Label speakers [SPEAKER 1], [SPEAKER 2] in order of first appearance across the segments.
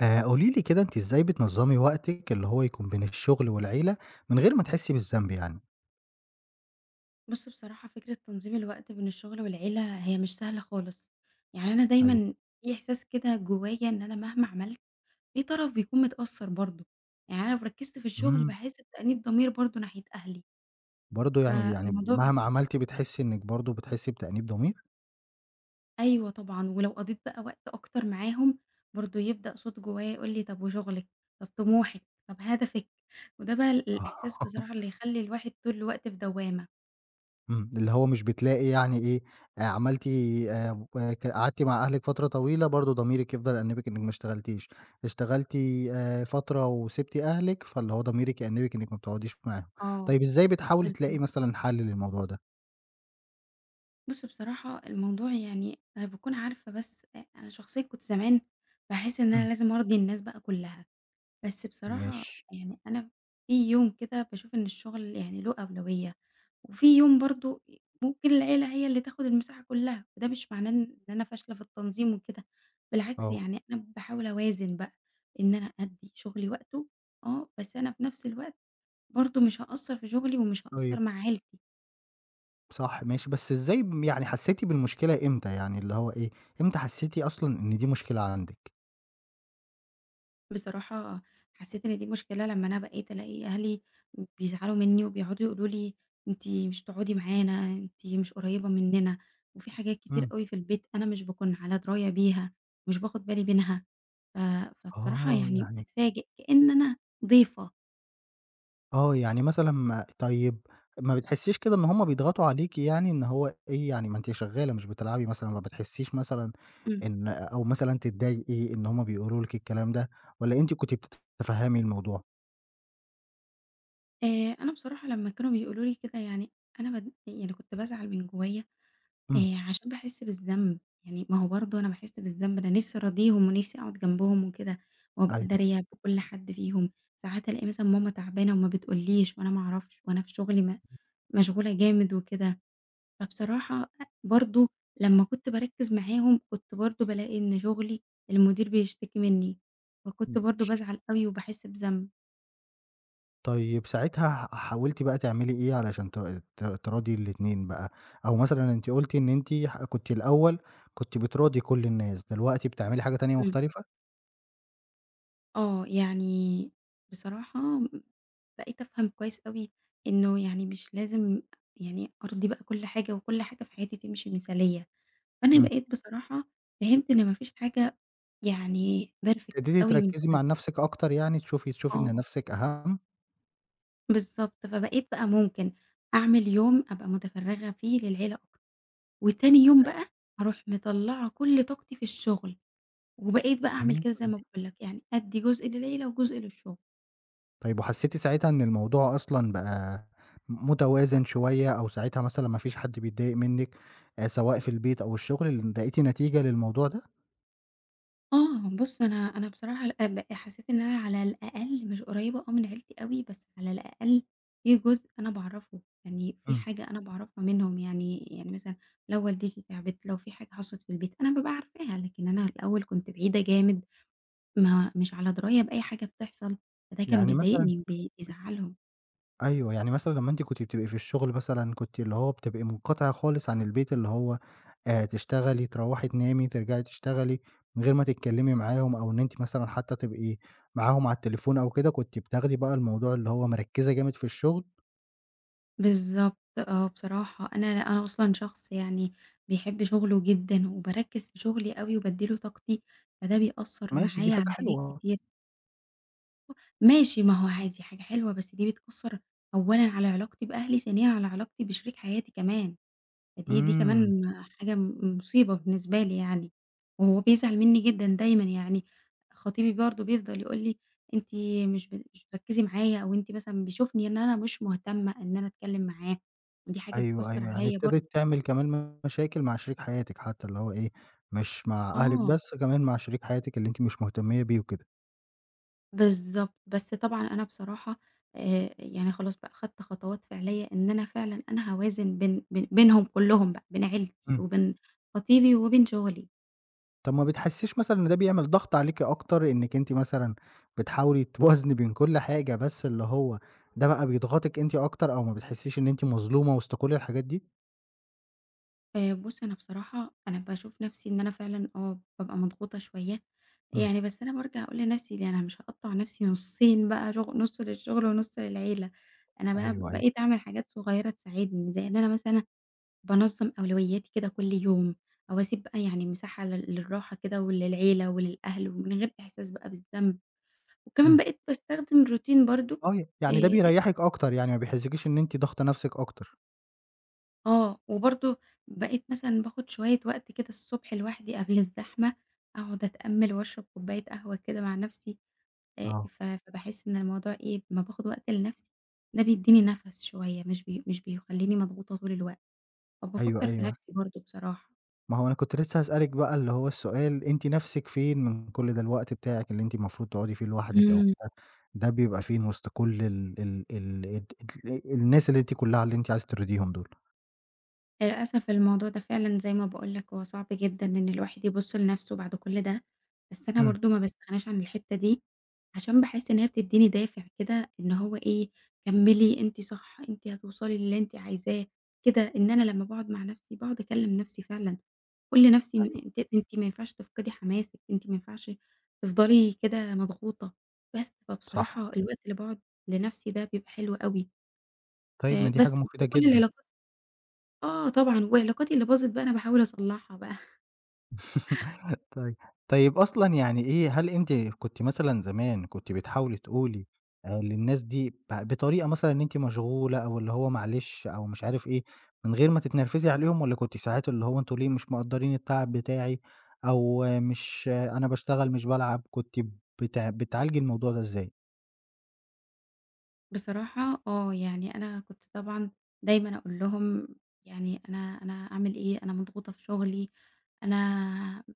[SPEAKER 1] قولي لي كده أنتِ إزاي بتنظّمي وقتِك اللي هو يكون بين الشغل والعيلة من غير ما تحسّي بالذنب يعني؟
[SPEAKER 2] بُص، بصراحة فكرة تنظيم الوقت بين الشغل والعيلة هي مش سهلة خالص، يعني أنا
[SPEAKER 1] أيوه.
[SPEAKER 2] دايمًا في إحساس كده جوايا إن أنا مهما عملت في طرف بيكون متأثّر برضه، يعني أنا لو ركزت في الشغل
[SPEAKER 1] إمم.
[SPEAKER 2] باحس بتأنيب ضمير برضه ناحية أهلي،
[SPEAKER 1] برضه يعني
[SPEAKER 2] فالموضوع بس
[SPEAKER 1] مهما عملتِ بتحسّي إنِّك برضه بتحسّي بتأنيب ضمير؟
[SPEAKER 2] أيوه طبعًا، ولو قضيت بقى وقت أكتر معاهم برضه يبدأ صوت جوايا يقول لي طب وشغلِك، طب طموحِك، طب هدفِك، وده بقى الإحساس
[SPEAKER 1] آه.
[SPEAKER 2] بصراحة اللي يخلّي الواحد طول الوقت في دوّامة.
[SPEAKER 1] إمم. اللي هو مش بتلاقي يعني إيه، عملتِ آآ ك قعدتِ مع أهلِك فترة طويلة برضه ضميرِك يفضل يأنِّبِك إنِّك ما اشتغلتيش، اشتغلتِ فترة وسِبتِ أهلِك، فاللي هو ضميرِك يأنِّبِك إنِّك ما بتقعديش معاهم.
[SPEAKER 2] آه
[SPEAKER 1] طيب إزاي بتحاولي تلاقي
[SPEAKER 2] بالضبط.
[SPEAKER 1] مثلًا حَل للموضوع ده؟
[SPEAKER 2] بُص، بصراحة الموضوع يعني أنا باكون عارفة بس أنا شخصيًا كنت زمان باحس إن أنا
[SPEAKER 1] إمم.
[SPEAKER 2] لازم أرضي الناس بقى كلّها، بس بصراحة
[SPEAKER 1] ماشي.
[SPEAKER 2] يعني أنا في يوم كده باشوف إن الشغل يعني له أولوية، وفي يوم برضه ممكن العيلة هي اللي تاخد المساحة كلّها، وده مش معناه إن أنا فاشلة في التنظيم وكده، بالعكس
[SPEAKER 1] آه.
[SPEAKER 2] يعني أنا باحاول أوازن بقى، إن أنا أدّي شغلي وقته آه، بس أنا في نفس الوقت برضه مش هاقصّر في شغلي ومش هاقصّر
[SPEAKER 1] طيب.
[SPEAKER 2] مع عيلتي.
[SPEAKER 1] صح ماشي، بس إزاي يعني حسّيتِ بالمشكلة إمتى يعني، اللي هو إيه، إمتى حسّيتِ أصلًا إن دي مشكلة عندِك؟
[SPEAKER 2] بصراحة حسيت إن دي مشكلة لمّا أنا بقيت ألاقي أهلي بيزعلوا منّي وبيقعدوا يقولوا لي: "أنتِ مش تقعدي معانا، أنتِ مش قريبة مننا." وفي حاجات كتير
[SPEAKER 1] إمم.
[SPEAKER 2] أوي في البيت أنا مش باكون على دراية بيها، مش باخد بالي منها. ف فبصراحة
[SPEAKER 1] آه،
[SPEAKER 2] يعني
[SPEAKER 1] يعني
[SPEAKER 2] باتفاجئ كإن أنا ضيفة.
[SPEAKER 1] آه، يعني مثلًا ما طيب ما بتحسّيش كده إن هُم بيضغطوا عليكِ يعني إن هو إيه، يعني ما أنتِ شغّالة مش بتلعبي مثلًا، ما بتحسّيش مثلًا
[SPEAKER 2] إمم.
[SPEAKER 1] إن أو مثلًا تتضايقي إن هُم بيقولوا لِك الكلام ده والّا أنتِ كنتِ بتتفهّمي الموضوع؟
[SPEAKER 2] آآ أنا بصراحة لمّا كانوا بيقولوا لي كده يعني أنا بد يعني كنت بازعل من جوّايا،
[SPEAKER 1] إمم،
[SPEAKER 2] آآ عشان باحس بالذنب، يعني ما هو برضه أنا باحس بالذنب، أنا نِفْسي أراضيهم وِنِفْسي أقعد جنبهم وكده، وأبقى
[SPEAKER 1] أيوه،
[SPEAKER 2] دارية بكل حد فيهم، ساعات ألاقي مثلًا ماما تعبانة وما بتقوليش وأنا ما أعرفش وأنا في شغلي مشغولة جامد وكده، فبصراحة برضه لمّا كنت باركّز معاهم كنت برضه بالاقي إن شغلي المدير بيشتكي منّي، فكنت برضه
[SPEAKER 1] ماشي.
[SPEAKER 2] بازعل أوي وباحس بذنب.
[SPEAKER 1] طيب ساعتها حاولتِ بقى تعملي إيه علشان ت ت تراضي الاتنين بقى؟ أو مثلًا أنتِ قُلتِ إن أنتِ كنتِ الأول كنتِ بتراضي كل الناس، دلوقتي بتعملي حاجة تانية
[SPEAKER 2] إمم.
[SPEAKER 1] مختلفة؟
[SPEAKER 2] آه، يعني بصراحة بقيت أفهم كويس أوي إنه يعني مش لازم يعني أرضي بقى كل حاجة، وكل حاجة في حياتي تمشي مثالية، فأنا
[SPEAKER 1] إمم،
[SPEAKER 2] بقيت بصراحة فهمت إن ما فيش حاجة يعني perfect
[SPEAKER 1] ابتديتِ
[SPEAKER 2] أوي من
[SPEAKER 1] تركّزي
[SPEAKER 2] كل
[SPEAKER 1] مع نَفْسِك أكتر يعني تشوفي إن
[SPEAKER 2] آه،
[SPEAKER 1] نَفْسِك أهم؟
[SPEAKER 2] بالضبط، فبقيت بقى ممكن أعمل يوم أبقى متفرغة فيه للعيلة أكتر، وتاني يوم بقى أروح مطلعة كل طاقتي في الشغل، وبقيت بقى أعمل
[SPEAKER 1] إمم،
[SPEAKER 2] كده زي ما باقول لك، يعني أدي جزء للعيلة وجزء للشغل.
[SPEAKER 1] طيب وحسّيتِ ساعتها إن الموضوع أصلًا بقى متوازن شوية أو ساعتها مثلًا ما فيش حد بيتضايق منِّك سواء في البيت أو الشغل، لقيتِ نتيجة للموضوع ده؟
[SPEAKER 2] آه، بُص أنا بصراحة لأ، حسيت إن أنا على الأقل مش قريبة آه من عيلتي أوي، بس على الأقل في جزء أنا باعرفه، يعني في
[SPEAKER 1] إمم،
[SPEAKER 2] حاجة أنا باعرفها منهم، يعني مثلًا لو والدتي تعبت، لو في حاجة حصلت في البيت، أنا بابقى عارفاها، لكن أنا الأول كنت بعيدة جامد، ما مش على دراية بأي حاجة بتحصل، فده كان
[SPEAKER 1] يعني مثلًا
[SPEAKER 2] بيضايقني بيزعلهم.
[SPEAKER 1] أيوه، يعني مثلًا لمّا أنتِ كنتِ بتبقي في الشغل مثلًا كنتِ اللي هو بتبقي منقطعة خالص عن البيت، اللي هو تشتغلي، تروّحي تنامي، ترجعي تشتغلي، من غير ما تتكلّمي معاهم أو إن أنتِ مثلًا حتى تبقي معاهم على التليفون أو كده، كنتِ بتاخدي بقى الموضوع اللي هو مركّزة جامد في الشغل،
[SPEAKER 2] بالضبط آه، بصراحة أنا أصلًا شخص يعني بيحب شغله جدًا، وباركّز في شغلي أوي وبادّي له طاقتي، فده بيأثّر
[SPEAKER 1] ماشي دي
[SPEAKER 2] معايا
[SPEAKER 1] حاجة
[SPEAKER 2] على حاجات
[SPEAKER 1] حلوة.
[SPEAKER 2] كتير. ماشي، ما هو عادي حاجة حلوة، بس دي بتأثّر أولًا على علاقتي بأهلي، ثانيًا على علاقتي بشريك حياتي كمان، فدي كمان
[SPEAKER 1] إمم،
[SPEAKER 2] حاجة مصيبة بالنسبة لي يعني، وهو بيزعل منّي جدًا دايمًا يعني، خطيبي برضه بيفضل يقول لي: "أنتِ مش بتركّزي معايا." أو أنتِ مثلًا بيشوفني إن أنا مش مهتمة إن أنا أتكلّم معاه، ودي حاجة
[SPEAKER 1] أيوه،
[SPEAKER 2] بتأثّر
[SPEAKER 1] أيوه، يعني
[SPEAKER 2] عليّا برضه.
[SPEAKER 1] ابتدِت تعمل كمان مشاكل مع شريك حياتِك حتى، اللي هو إيه، مش مع أهلِك
[SPEAKER 2] آه.
[SPEAKER 1] بس، كمان مع شريك حياتِك اللي أنتِ مش مهتمية بيه وكده.
[SPEAKER 2] بالضبط، بس طبعًا أنا بصراحة، يعني خلاص بقى خدت خطوات فعلية إن أنا فعلًا أنا هاوازن بين بينهم كلّهم بقى، بين عيلتي
[SPEAKER 1] إمم.
[SPEAKER 2] وبين خطيبي وبين شغلي.
[SPEAKER 1] طب ما بتحسّيش مثلًا إن ده بيعمل ضغط عليكِ أكتر، إنِّك أنتِ مثلًا بتحاولي توازني بين كل حاجة، بس اللي هو ده بقى بيضغطِك أنتِ أكتر أو ما بتحسّيش إن أنتِ مظلومة وسط كل الحاجات دي؟
[SPEAKER 2] بُص أنا بصراحة أنا باشوف نفسي إن أنا فعلًا آه، بابقى مضغوطة شوية،
[SPEAKER 1] إمم،
[SPEAKER 2] يعني بس أنا بارجع أقول لنفسي ده أنا مش هاقطّع نفسي نُصّين بقى نُص للشغل ونُص للعيلة، أنا بقى
[SPEAKER 1] أيوه، أيوه،
[SPEAKER 2] بقيت أعمل حاجات صغيرة تساعدني، زي إن أنا مثلًا بانظّم أولوياتي كده كل يوم، أو أسيب بقى يعني مساحة للراحة كده وللعيلة وللأهل ومن غير إحساس بقى بالذنب، وكمان
[SPEAKER 1] إمم،
[SPEAKER 2] بقيت باستخدم روتين برضه.
[SPEAKER 1] آه، يعني ده
[SPEAKER 2] آآ
[SPEAKER 1] بيريّحِك أكتر، يعني ما بيحسّسكيش إن أنتِ ضاغطة نَفْسِك أكتر.
[SPEAKER 2] آه، وبرضه بقيت مثلًا باخد شوية وقت كده الصبح لوحدي قبل الزحمة، أقعد أتأمل وأشرب كوباية قهوة كده مع نفسي،
[SPEAKER 1] آه،
[SPEAKER 2] فباحس إن الموضوع إيه أمّا باخد وقت لنفسي ده بيدّيني نَفَس شوية مش بيخلّيني مضغوطة طول الوقت،
[SPEAKER 1] أيوه،
[SPEAKER 2] فبافكّر في
[SPEAKER 1] أيوه،
[SPEAKER 2] نفسي برضه بصراحة.
[SPEAKER 1] ما هو أنا كنت لسه هاسألِك بقى اللي هو السؤال، أنتِ نَفْسِك فين من كل ده، الوقت بتاعِك اللي أنتِ المفروض تقعدي فيه لوحدِك أو
[SPEAKER 2] إمم.
[SPEAKER 1] كده، ده بيبقى فين وسط كل ال ال ال الد الناس اللي أنتِ كُلّها اللي أنتِ عايزة ترضيهم دول؟
[SPEAKER 2] للأسف الموضوع ده فعلًا زي ما باقول لك هو صعب جدًا إن الواحد يبُص لنَفْسه بعد كل ده، بس أنا
[SPEAKER 1] إمم.
[SPEAKER 2] برضه ما باستغناش عن الحتّة دي، عشان باحس إن هي بتدّيني دافع كده إن هو إيه، كمّلي أنتِ صح، أنتِ هتوصلي للي أنتِ عايزاه، كده. إن أنا لمّا باقعد مع نَفْسي باقعد أكلّم نَفْسي فعلًا، أقول لنَفْسي إن
[SPEAKER 1] أيوه،
[SPEAKER 2] أنتِ ما ينفعش تفقدي حماسِك، أنتِ ما ينفعش تفضلي كده مضغوطة، بس. فبصراحة
[SPEAKER 1] صح.
[SPEAKER 2] الوقت اللي باقعد لنَفْسي ده بيبقى حلو أوي،
[SPEAKER 1] طيب ما دي حاجة
[SPEAKER 2] بس
[SPEAKER 1] مفيدة
[SPEAKER 2] وكل
[SPEAKER 1] جدًا.
[SPEAKER 2] العلاقات آه طبعًا، وعلاقاتي اللي باظت بقى أنا باحاول أصلّحها بقى
[SPEAKER 1] طيب، طيب أصلًا يعني إيه هل أنتِ كنتِ مثلًا زمان كنتِ بتحاولي تقولي للناس دي بطريقة مثلًا إن أنتِ مشغولة أو اللي هو معلش أو مش عارف إيه، من غير ما تتنرفزي عليهم والّا كنتِ ساعات اللي هو أنتم ليه مش مقدّرين التعب بتاعي أو مش أنا باشتغل مش بالعب، كنتِ بتعالجي الموضوع ده إزاي؟
[SPEAKER 2] بصراحة آه، يعني أنا كنت طبعًا دايمًا أقول لهم يعني أنا أعمل إيه، أنا مضغوطة في شغلي، أنا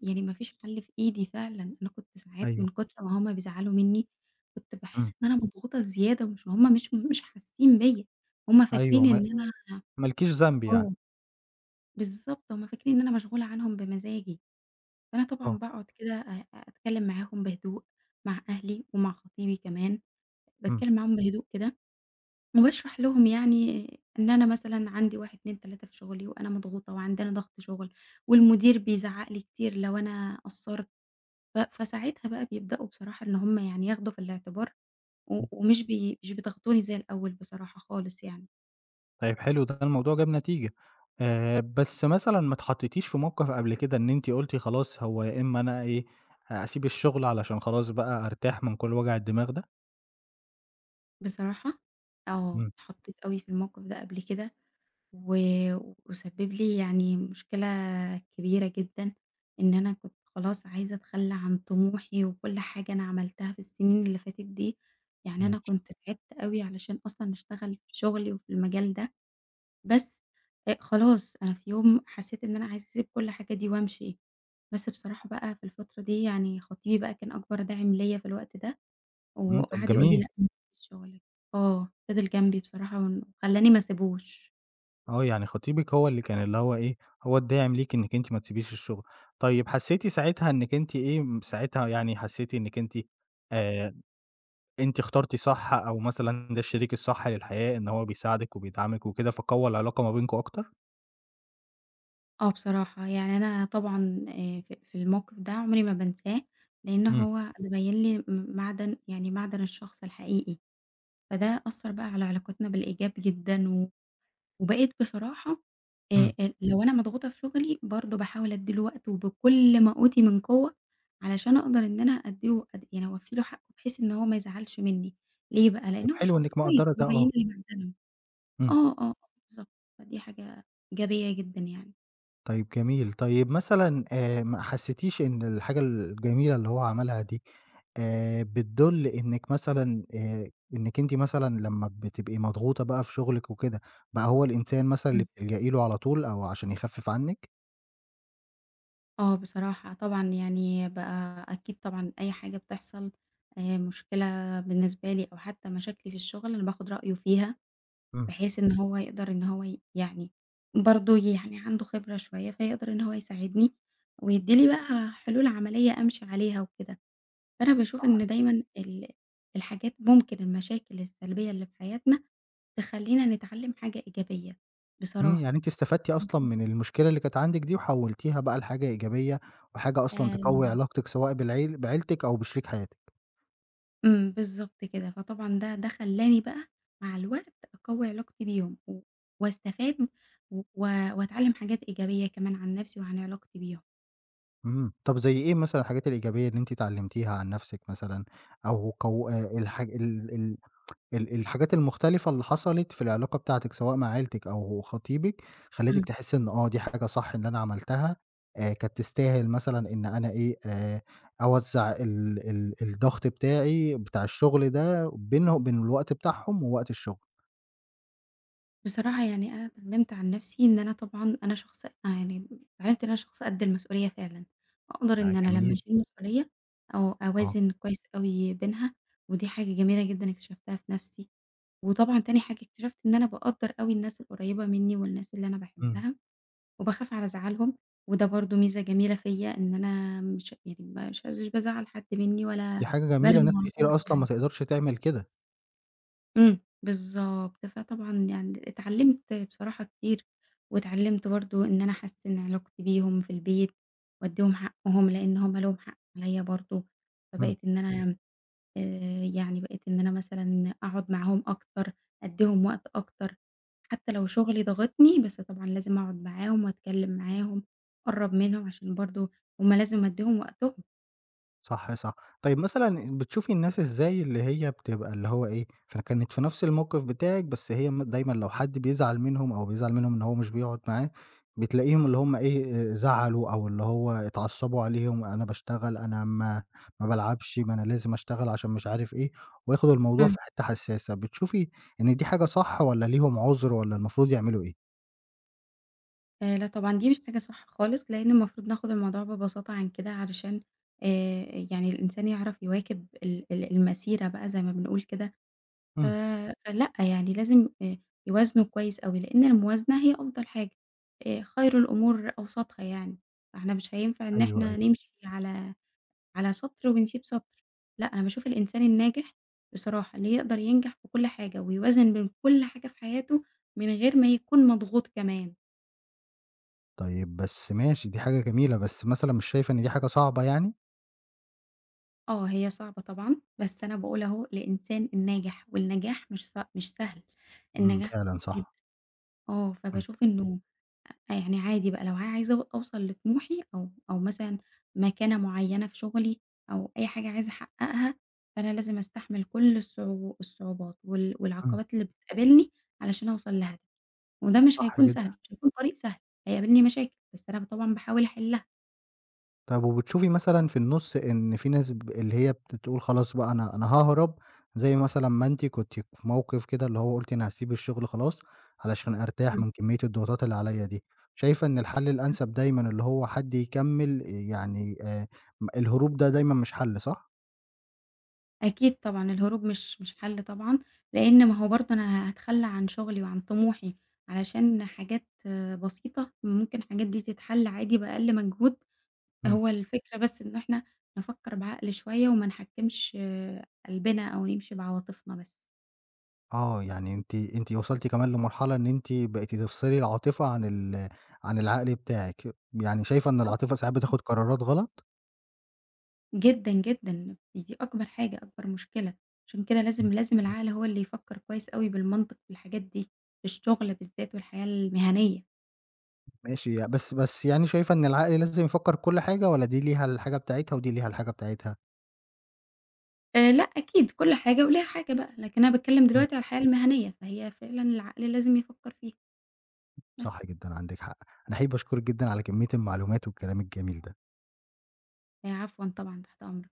[SPEAKER 2] يعني ما فيش حَل في إيدي فعلًا، أنا كنت ساعات من
[SPEAKER 1] أيوه،
[SPEAKER 2] كتر ما هُم بيزعّلوا منّي، كنت باحس
[SPEAKER 1] إمم.
[SPEAKER 2] إن أنا مضغوطة زيادة ومش هُم مش مش حاسين بيّا، هُم
[SPEAKER 1] أيوه،
[SPEAKER 2] فاكرين إن أنا
[SPEAKER 1] ما لكيش ذنب يعني.
[SPEAKER 2] آه. بالضبط، هُم فاكرين إن أنا مشغولة عنهم بمزاجي، فأنا طبعًا
[SPEAKER 1] آه،
[SPEAKER 2] باقعد كده أتكلّم معاهم بهدوء مع أهلي ومع خطيبي كمان.
[SPEAKER 1] إمم.
[SPEAKER 2] باتكلم معاهم بهدوء كده، وباشرح لهم يعني إن أنا مثلًا عندي 1، 2، 3 في شغلي، وأنا مضغوطة وعندنا ضغط شغل، والمدير بيزعّق لي كتير لو أنا قصّرت، ف فساعتها بقى بيبدأوا بصراحة إن هُم يعني ياخدوا في الاعتبار، و ومش بي مش بيضغطوني زي الأول بصراحة خالص يعني.
[SPEAKER 1] طيب حلو ده الموضوع جاب نتيجة، بس مثلًا ما اتحطيتيش في موقف قبل كده إن أنتِ قُلتِ خلاص هو يا إما أنا إيه، أسيب الشغل علشان خلاص بقى أرتاح من كل وجع الدماغ ده؟
[SPEAKER 2] بصراحة آه،
[SPEAKER 1] إمم،
[SPEAKER 2] اتحطيت أوي في الموقف ده قبل كده، و وسبب لي يعني مشكلة كبيرة جدًا، إن أنا كنت خلاص عايزة أتخلّى عن طموحي وكل حاجة أنا عملتها في السنين اللي فاتت دي، يعني أنا
[SPEAKER 1] ماشي،
[SPEAKER 2] كنت تعبت أوي علشان أصلًا أشتغل في شغلي وفي المجال ده، بس خلاص أنا في يوم حسيت إن أنا عايزة أسيب كل حاجة دي وأمشي، بس بصراحة بقى في الفترة دي يعني خطيبي بقى كان أكبر داعم ليّا في الوقت ده،
[SPEAKER 1] إمم، طب
[SPEAKER 2] وقعد يقول لي:
[SPEAKER 1] جميل،
[SPEAKER 2] "لأ ما تسيبيش شغلِك." آه، فضل جنبي بصراحة وخلّاني ما اسيبوش.
[SPEAKER 1] آه يعني خطيبِك هو اللي كان اللي هو إيه، هو الداعم ليكِ إنِّك أنتِ ما تسيبيش الشغل، طيب حسيتِ ساعتها إنِّك أنتِ إيه، ساعتها يعني حسيتِ إنِّك أنتِ آآ أنتِ اخترتِ صح أو مثلًا ده الشريك الصح للحياة إن هو بيساعدِك وبيدعمِك وكده فقوّى العلاقة ما بينكم أكتر؟
[SPEAKER 2] آه بصراحة، يعني أنا طبعًا في الموقف ده عمري ما بانساه، لإن
[SPEAKER 1] إمم،
[SPEAKER 2] هو بين لي معدن يعني معدن الشخص الحقيقي، فده أثّر بقى على علاقتنا بالإيجاب جدًا، وبقيت بصراحة
[SPEAKER 1] إمم.
[SPEAKER 2] لو أنا مضغوطة في شغلي برضه باحاول أدّي له وقته بكل ما أوتي من قوة، علشان أقدر إن أنا أدّي له يعني أوفّي له حقه بحيث إن هو ما يزعلش منّي، ليه بقى؟
[SPEAKER 1] طيب
[SPEAKER 2] لإن هو
[SPEAKER 1] حلو
[SPEAKER 2] شخص
[SPEAKER 1] إنِّك
[SPEAKER 2] كويس،
[SPEAKER 1] مقدّرة
[SPEAKER 2] هو
[SPEAKER 1] ده آه،
[SPEAKER 2] باين لي معدنه. آه،
[SPEAKER 1] إمم،
[SPEAKER 2] آه، آه بالضبط، فدي حاجة إيجابية جدًا يعني.
[SPEAKER 1] طيب جميل، طيب مثلًا ما حسّيتيش إن الحاجة الجميلة اللي هو عملها دي بتدُل إنِّك مثلًا إنِّك أنتِ مثلًا لمّا بتبقي مضغوطة بقى في شغلِك وكده، بقى هو الإنسان مثلًا اللي
[SPEAKER 2] إمم.
[SPEAKER 1] بتلجئي له على طول أو عشان يخفِّف عنِّك؟
[SPEAKER 2] آه، بصراحة طبعًا يعني بقى أكيد طبعًا أي حاجة بتحصل مشكلة بالنسبة لي أو حتى مشاكلي في الشغل أنا باخد رأيه فيها،
[SPEAKER 1] إمم،
[SPEAKER 2] بحيث إن هو يقدر إن هو يعني برضه يعني عنده خبرة شوية فيقدر إن هو يساعدني، ويدّي لي بقى حلول عملية أمشي عليها وكده، فأنا باشوف
[SPEAKER 1] صح
[SPEAKER 2] إن دايمًا الحاجات ممكن المشاكل السلبية اللي في حياتنا تخلّينا نتعلّم حاجة إيجابية
[SPEAKER 1] إمم، يعني
[SPEAKER 2] بصراحة.
[SPEAKER 1] أنتِ استفدتِ أصلًا من المشكلة اللي كانت عندِك دي وحوّلتيها بقى لحاجة إيجابية وحاجة أصلًا تقوّي
[SPEAKER 2] آمم
[SPEAKER 1] علاقتِك سواء بعيلتِك أو بشريك حياتِك.
[SPEAKER 2] إمم، بالضبط كده، فطبعًا ده خلّاني بقى مع الوقت أقوّي علاقتي بيهم و واستفاد و و وأتعلّم حاجات إيجابية كمان عن نَفْسي وعن علاقتي بيهم.
[SPEAKER 1] إمم، طب زي إيه مثلًا الحاجات الإيجابية اللي أنتِ اتعلمتيها عن نفسِك مثلًا، أو كو الح ال ال ال الحاجات المختلفة اللي حصلت في العلاقة بتاعتِك سواء مع عيلتِك أو خطيبِك، خلّتِك
[SPEAKER 2] إمم.
[SPEAKER 1] تحسّي إن آه، دي حاجة صح إن أنا عملتها، كانت تستاهل مثلًا إن أنا إيه، أوزّع ال ال الضغط بتاعي بتاع الشغل ده بينه بين الوقت بتاعهم ووقت الشغل.
[SPEAKER 2] بصراحة يعني أنا اتعلّمت عن نَفْسي إن أنا طبعًا أنا شخص اتعلّمت إن أنا شخص قد المسؤولية فعلًا، أقدر إن
[SPEAKER 1] لأ
[SPEAKER 2] أنا لمّا
[SPEAKER 1] جميل،
[SPEAKER 2] أشيل مسؤولية أو
[SPEAKER 1] آه،
[SPEAKER 2] أوازن كويس أوي بينها، ودي حاجة جميلة جدًا اكتشفتها في نَفْسي. وطبعًا تاني حاجة اكتشفت إن أنا باقدّر أوي الناس القريّبة منّي والناس اللي أنا
[SPEAKER 1] إمم،
[SPEAKER 2] باحبها. وباخاف على زعلهم، وده برضه ميزة جميلة فيّا إن أنا مش يعني مش بازعّل حد منّي ولا
[SPEAKER 1] دي حاجة جميلة
[SPEAKER 2] بارمي
[SPEAKER 1] ناس
[SPEAKER 2] ورا ضهري
[SPEAKER 1] كتيرة أصلًا
[SPEAKER 2] يعني.
[SPEAKER 1] ما تقدرش تعمل كده،
[SPEAKER 2] إمم، بالضبط. فطبعًا يعني اتعلّمت بصراحة كتير، واتعلّمت برضه إن أنا أحسّن علاقتي بيهم في البيت وأدّيهم حقّهم، لإن هم ليهم حق عليّا برضه،
[SPEAKER 1] إمم.
[SPEAKER 2] فبقيت إن أنا يعني بقيت إن أنا مثلًا أقعد معاهم أكتر، أدّيهم وقت أكتر، حتى لو شغلي ضاغطني بس طبعًا لازم أقعد معاهم وأتكلم معاهم، أقرّب منهم عشان برضه هم لازم أدّيهم وقتهم.
[SPEAKER 1] صح، صح. طيب مثلًا بتشوفي الناس إزاي اللي هي بتبقى اللي هو إيه، فكانت في نفس الموقف بتاعِك، بس هي دايمًا لو حد بيزعل منهم أو بيزعل منهم إن هو مش بيقعد معاه، بتلاقيهم اللي هم إيه، زعلوا أو اللي هو اتعصبوا عليهم، أنا باشتغل، أنا ما بالعبش، ما أنا لازم أشتغل عشان مش عارف إيه، وياخدوا الموضوع
[SPEAKER 2] إمم.
[SPEAKER 1] في حتّة حساسة. بتشوفي إن دي حاجة صح والّا ليهم عذر والّا المفروض يعملوا إيه؟
[SPEAKER 2] لا طبعًا دي مش حاجة صح خالص، لإن المفروض ناخد الموضوع ببساطة عن كده علشان يعني الإنسان يعرف يواكب ال ال المسيرة بقى زي ما بنقول كده. ف
[SPEAKER 1] إمم.
[SPEAKER 2] فلأ، يعني لازم يوازنوا كويس أوي، لإن الموازنة هي أفضل حاجة، خير الأمور أوسطها يعني، فإحنا مش هينفع إن
[SPEAKER 1] أيوه،
[SPEAKER 2] إحنا
[SPEAKER 1] أيوه.
[SPEAKER 2] نمشي على على سَطْر ونسيب سَطْر، لأ، أنا باشوف الإنسان الناجح بصراحة اللي يقدر ينجح في كل حاجة ويوازن بين كل حاجة في حياته من غير ما يكون مضغوط كمان.
[SPEAKER 1] طيب بس ماشي، دي حاجة جميلة، بس مثلًا مش شايفة إن دي حاجة صعبة يعني؟
[SPEAKER 2] آه، هي صعبة طبعًا، بس أنا باقول أهو الإنسان الناجح والنجاح مش سهل،
[SPEAKER 1] إمم،
[SPEAKER 2] النجاح صعب
[SPEAKER 1] فعلًا
[SPEAKER 2] جدًا.
[SPEAKER 1] صح.
[SPEAKER 2] آه،
[SPEAKER 1] إمم،
[SPEAKER 2] فباشوف إنه يعني عادي بقى لو أنا عايزة أوصل لطموحي أو مثلًا مكانة معيّنة في شغلي أو أي حاجة عايزة أحققها، فأنا لازم أستحمل كل الصعوبات
[SPEAKER 1] إمم،
[SPEAKER 2] والعقبات اللي بتقابلني علشان أوصل لهدفي، وده مش
[SPEAKER 1] صح
[SPEAKER 2] هيكون سهل،
[SPEAKER 1] جدًا.
[SPEAKER 2] مش هيكون طريق سهل، هيقابلني مشاكل، بس أنا طبعًا باحاول أحلها.
[SPEAKER 1] طب وبتشوفي مثلًا في النُص إن في ناس اللي هي بتقول خلاص بقى أنا هاهرب، زي مثلًا ما أنتِ كنتِ في موقف كده اللي هو قُلتِ أنا هاسيب الشغل خلاص علشان أرتاح
[SPEAKER 2] إمم.
[SPEAKER 1] من كمية الضغوطات اللي عليَّ دي، شايفة إن الحل الأنسب دايمًا اللي هو حد يكمّل يعني م الهروب ده دايمًا مش حل صح؟
[SPEAKER 2] أكيد طبعًا، الهروب مش حل طبعًا، لإن ما هو برضه أنا هاتخلّى عن شغلي وعن طموحي علشان حاجات بسيطة، ممكن الحاجات دي تتحل عادي بأقل مجهود،
[SPEAKER 1] إمم.
[SPEAKER 2] هو الفكرة بس إن إحنا نفكّر بعقل شوية وما نحكّمش قلبنا أو نمشي بعواطفنا بس.
[SPEAKER 1] آه، يعني أنتِ وصلتِ كمان لمرحلة إن أنتِ بقيتِ تفصلي العاطفة عن عن العقل بتاعِك، يعني شايفة إن
[SPEAKER 2] طبعًا،
[SPEAKER 1] العاطفة ساعات
[SPEAKER 2] طبعًا.
[SPEAKER 1] بتاخد قرارات غلط؟
[SPEAKER 2] جدًا، جدًا، دي أكبر حاجة، أكبر مشكلة، عشان كده لازم العقل هو اللي يفكّر كويس أوي بالمنطق في الحاجات دي، في الشغل بالذات والحياة المهنية.
[SPEAKER 1] ماشي، ي بس بس يعني شايفة إن العقل لازم يفكّر في كل حاجة والّا دي ليها الحاجة بتاعتها ودي ليها الحاجة بتاعتها؟
[SPEAKER 2] لأ أكيد كل حاجة وليها حاجة بقى، لكن أنا باتكلّم
[SPEAKER 1] إمم،
[SPEAKER 2] دلوقتي على الحياة المهنية، فهي فعلًا العقل لازم يفكّر فيها
[SPEAKER 1] صح
[SPEAKER 2] بس.
[SPEAKER 1] جدًا عندِك حق. أنا حقيقي باشكرِك جدًا على كمية المعلومات والكلام الجميل ده.
[SPEAKER 2] عفوًا طبعًا، تحت أمرك.